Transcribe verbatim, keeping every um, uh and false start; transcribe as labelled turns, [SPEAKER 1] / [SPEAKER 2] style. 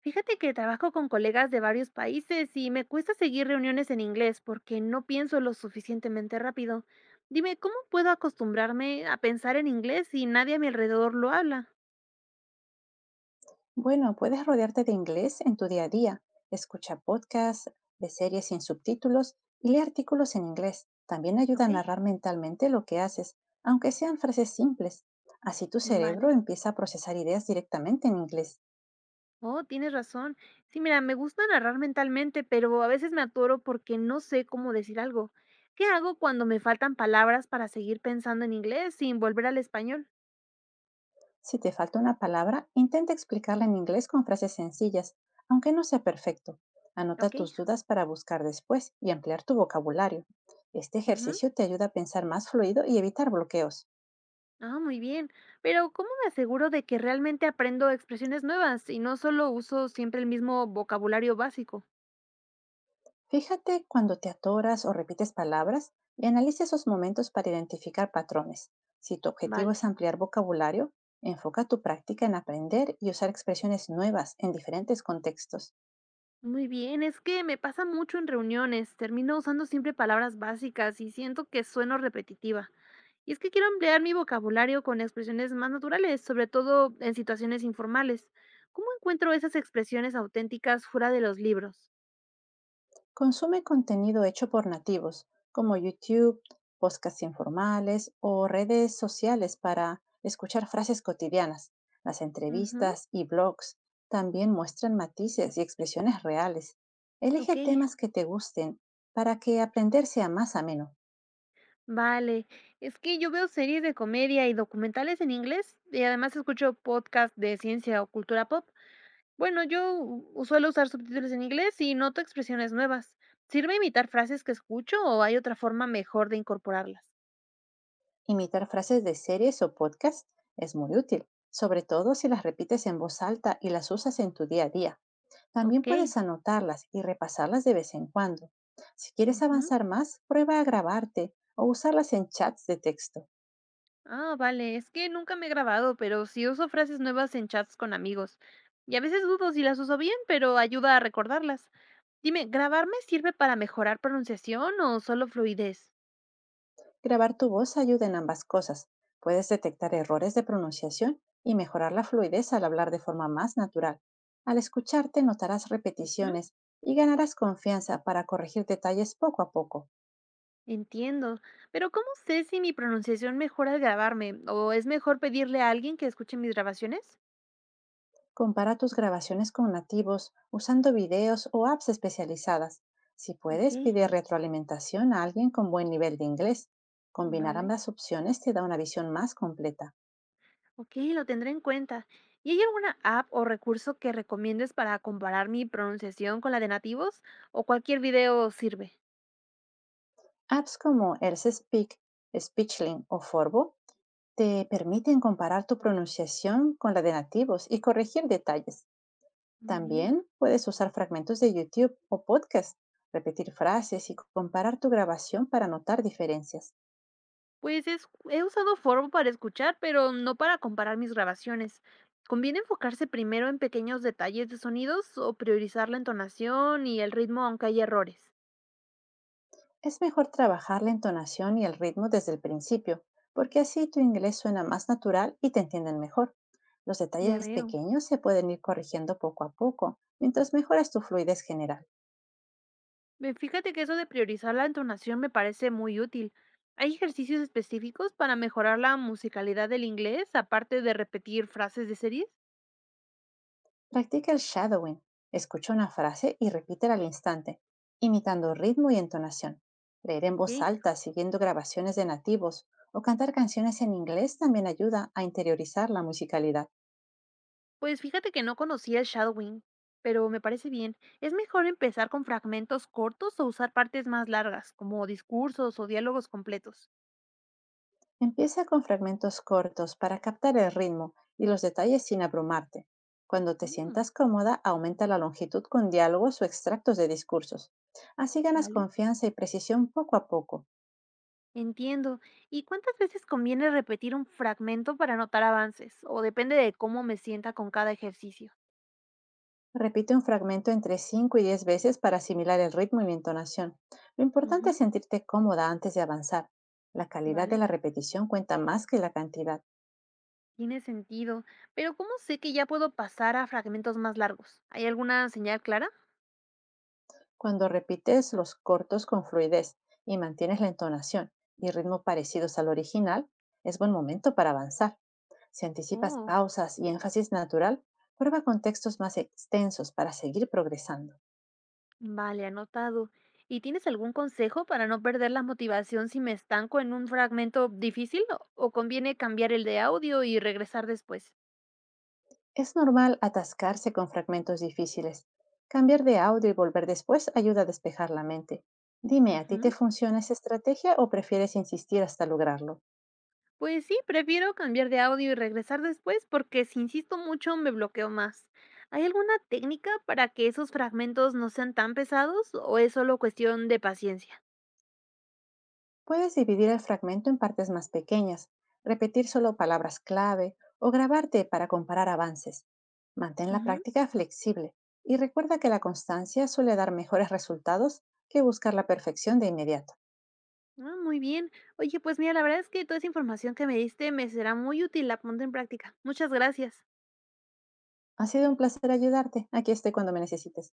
[SPEAKER 1] Fíjate que trabajo con colegas de varios países y me cuesta seguir reuniones en inglés porque no pienso lo suficientemente rápido. Dime, ¿cómo puedo acostumbrarme a pensar en inglés si nadie a mi alrededor lo habla?
[SPEAKER 2] Bueno, puedes rodearte de inglés en tu día a día. Escucha podcasts de series sin subtítulos y lee artículos en inglés. También ayuda a
[SPEAKER 1] Ok,
[SPEAKER 2] narrar mentalmente lo que haces, aunque sean frases simples. Así tu
[SPEAKER 1] vale.
[SPEAKER 2] cerebro empieza a procesar ideas directamente en inglés.
[SPEAKER 1] Oh, tienes razón. Sí, mira, me gusta narrar mentalmente, pero a veces me atoro porque no sé cómo decir algo. ¿Qué hago cuando me faltan palabras para seguir pensando en inglés sin volver al español?
[SPEAKER 2] Si te falta una palabra, intenta explicarla en inglés con frases sencillas, aunque no sea perfecto. Anota
[SPEAKER 1] Ok.
[SPEAKER 2] tus dudas para buscar después y ampliar tu vocabulario. Este
[SPEAKER 1] Ujú.
[SPEAKER 2] ejercicio te ayuda a pensar más fluido y evitar bloqueos.
[SPEAKER 1] Ah, muy bien. Pero, ¿cómo me aseguro de que realmente aprendo expresiones nuevas y no solo uso siempre el mismo vocabulario básico?
[SPEAKER 2] Fíjate cuando te atoras o repites palabras y analiza esos momentos para identificar patrones. Si tu objetivo
[SPEAKER 1] Vale,
[SPEAKER 2] es ampliar vocabulario, enfoca tu práctica en aprender y usar expresiones nuevas en diferentes contextos.
[SPEAKER 1] muy bien. Es que me pasa mucho en reuniones. Termino usando siempre palabras básicas y siento que sueno repetitiva. Y es que quiero ampliar mi vocabulario con expresiones más naturales, sobre todo en situaciones informales. ¿Cómo encuentro esas expresiones auténticas fuera de los libros?
[SPEAKER 2] Consume contenido hecho por nativos, como YouTube, podcasts informales o redes sociales para escuchar frases cotidianas. Las
[SPEAKER 1] Ujú,
[SPEAKER 2] entrevistas y blogs también muestran matices y expresiones reales.
[SPEAKER 1] ok.
[SPEAKER 2] Elige temas que te gusten para que aprender sea más ameno.
[SPEAKER 1] Vale, es que yo veo series de comedia y documentales en inglés y además escucho podcasts de ciencia o cultura pop. Bueno, yo u- suelo usar subtítulos en inglés y noto expresiones nuevas. ¿Sirve imitar frases que escucho o hay otra forma mejor de incorporarlas?
[SPEAKER 2] Imitar frases de series o podcasts es muy útil, sobre todo si las repites en voz alta y las usas en tu día a día. También
[SPEAKER 1] Ok.
[SPEAKER 2] puedes anotarlas y repasarlas de vez en cuando. Si quieres
[SPEAKER 1] Ujú.
[SPEAKER 2] avanzar más, prueba a grabarte o usarlas en chats de texto.
[SPEAKER 1] Ah, vale, es que nunca me he grabado, pero sí uso frases nuevas en chats con amigos. Y a veces dudo si las uso bien, pero ayuda a recordarlas. Dime, ¿grabarme sirve para mejorar pronunciación o solo fluidez?
[SPEAKER 2] Grabar tu voz ayuda en ambas cosas. Puedes detectar errores de pronunciación y mejorar la fluidez al hablar de forma más natural. Al escucharte notarás repeticiones y ganarás confianza para corregir detalles poco a poco.
[SPEAKER 1] Entiendo, pero ¿cómo sé si mi pronunciación mejora al grabarme? ¿O es mejor pedirle a alguien que escuche mis grabaciones?
[SPEAKER 2] Compara tus grabaciones con nativos usando videos o apps especializadas. Si
[SPEAKER 1] Ok.
[SPEAKER 2] puedes, pide retroalimentación a alguien con buen nivel de inglés. Combinar
[SPEAKER 1] Vale,
[SPEAKER 2] ambas opciones te da una visión más completa.
[SPEAKER 1] ok, lo tendré en cuenta. ¿Y hay alguna app o recurso que recomiendes para comparar mi pronunciación con la de nativos? ¿O cualquier video sirve?
[SPEAKER 2] Apps como Else Speak, Speechling o Forvo te permiten comparar tu pronunciación con la de nativos y corregir detalles.
[SPEAKER 1] Muy bien.
[SPEAKER 2] También puedes usar fragmentos de YouTube o podcast, repetir frases y comparar tu grabación para notar diferencias.
[SPEAKER 1] Pues es- he usado Forvo para escuchar, pero no para comparar mis grabaciones. ¿Conviene enfocarse primero en pequeños detalles de sonidos o priorizar la entonación y el ritmo aunque hay errores?
[SPEAKER 2] Es mejor trabajar la entonación y el ritmo desde el principio, porque así tu inglés suena más natural y te entienden mejor. Los
[SPEAKER 1] Ya
[SPEAKER 2] detalles
[SPEAKER 1] veo.
[SPEAKER 2] pequeños se pueden ir corrigiendo poco a poco, mientras mejoras tu fluidez general.
[SPEAKER 1] Ve, fíjate que eso de priorizar la entonación me parece muy útil. ¿Hay ejercicios específicos para mejorar la musicalidad del inglés, aparte de repetir frases de series?
[SPEAKER 2] Practica el shadowing. Escucha una frase y repítela al instante, imitando ritmo y entonación. Leer en voz
[SPEAKER 1] Ok.
[SPEAKER 2] alta siguiendo grabaciones de nativos o cantar canciones en inglés también ayuda a interiorizar la musicalidad.
[SPEAKER 1] Pues fíjate que no conocía el shadowing, pero me parece bien. ¿Es mejor empezar con fragmentos cortos o usar partes más largas, como discursos o diálogos completos?
[SPEAKER 2] Empieza con fragmentos cortos para captar el ritmo y los detalles sin abrumarte. Cuando te
[SPEAKER 1] Mm,
[SPEAKER 2] sientas cómoda, aumenta la longitud con diálogos o extractos de discursos. Así ganas
[SPEAKER 1] vale.
[SPEAKER 2] confianza y precisión poco a poco.
[SPEAKER 1] Entiendo. ¿Y cuántas veces conviene repetir un fragmento para notar avances? ¿O depende de cómo me sienta con cada ejercicio?
[SPEAKER 2] Repite un fragmento entre cinco y diez veces para asimilar el ritmo y la entonación. Lo importante es
[SPEAKER 1] Ujú,
[SPEAKER 2] sentirte cómoda antes de avanzar. La calidad de
[SPEAKER 1] vale.
[SPEAKER 2] la repetición cuenta más que la cantidad.
[SPEAKER 1] Tiene sentido. Pero ¿cómo sé que ya puedo pasar a fragmentos más largos? ¿Hay alguna señal clara?
[SPEAKER 2] Cuando repites los cortos con fluidez y mantienes la entonación y ritmo parecidos al original, es buen momento para avanzar. Si anticipas
[SPEAKER 1] Oh,
[SPEAKER 2] pausas y énfasis natural, prueba con textos más extensos para seguir progresando.
[SPEAKER 1] vale, anotado. ¿Y tienes algún consejo para no perder la motivación si me estanco en un fragmento difícil o o conviene cambiar el de audio y regresar después?
[SPEAKER 2] Es normal atascarse con fragmentos difíciles. Cambiar de audio y volver después ayuda a despejar la mente. Dime, ¿a ti te
[SPEAKER 1] Ujú.
[SPEAKER 2] funciona esa estrategia o prefieres insistir hasta lograrlo?
[SPEAKER 1] Pues sí, prefiero cambiar de audio y regresar después porque si insisto mucho me bloqueo más. ¿Hay alguna técnica para que esos fragmentos no sean tan pesados o es solo cuestión de paciencia?
[SPEAKER 2] Puedes dividir el fragmento en partes más pequeñas, repetir solo palabras clave o grabarte para comparar avances. Mantén la práctica flexible y recuerda que la constancia suele dar mejores resultados que buscar la perfección de inmediato.
[SPEAKER 1] Ah, muy bien. Oye, pues mira, la verdad es que toda esa información que me diste me será muy útil, la pondré en práctica. Muchas gracias.
[SPEAKER 2] Ha sido un placer ayudarte. Aquí estoy cuando me necesites.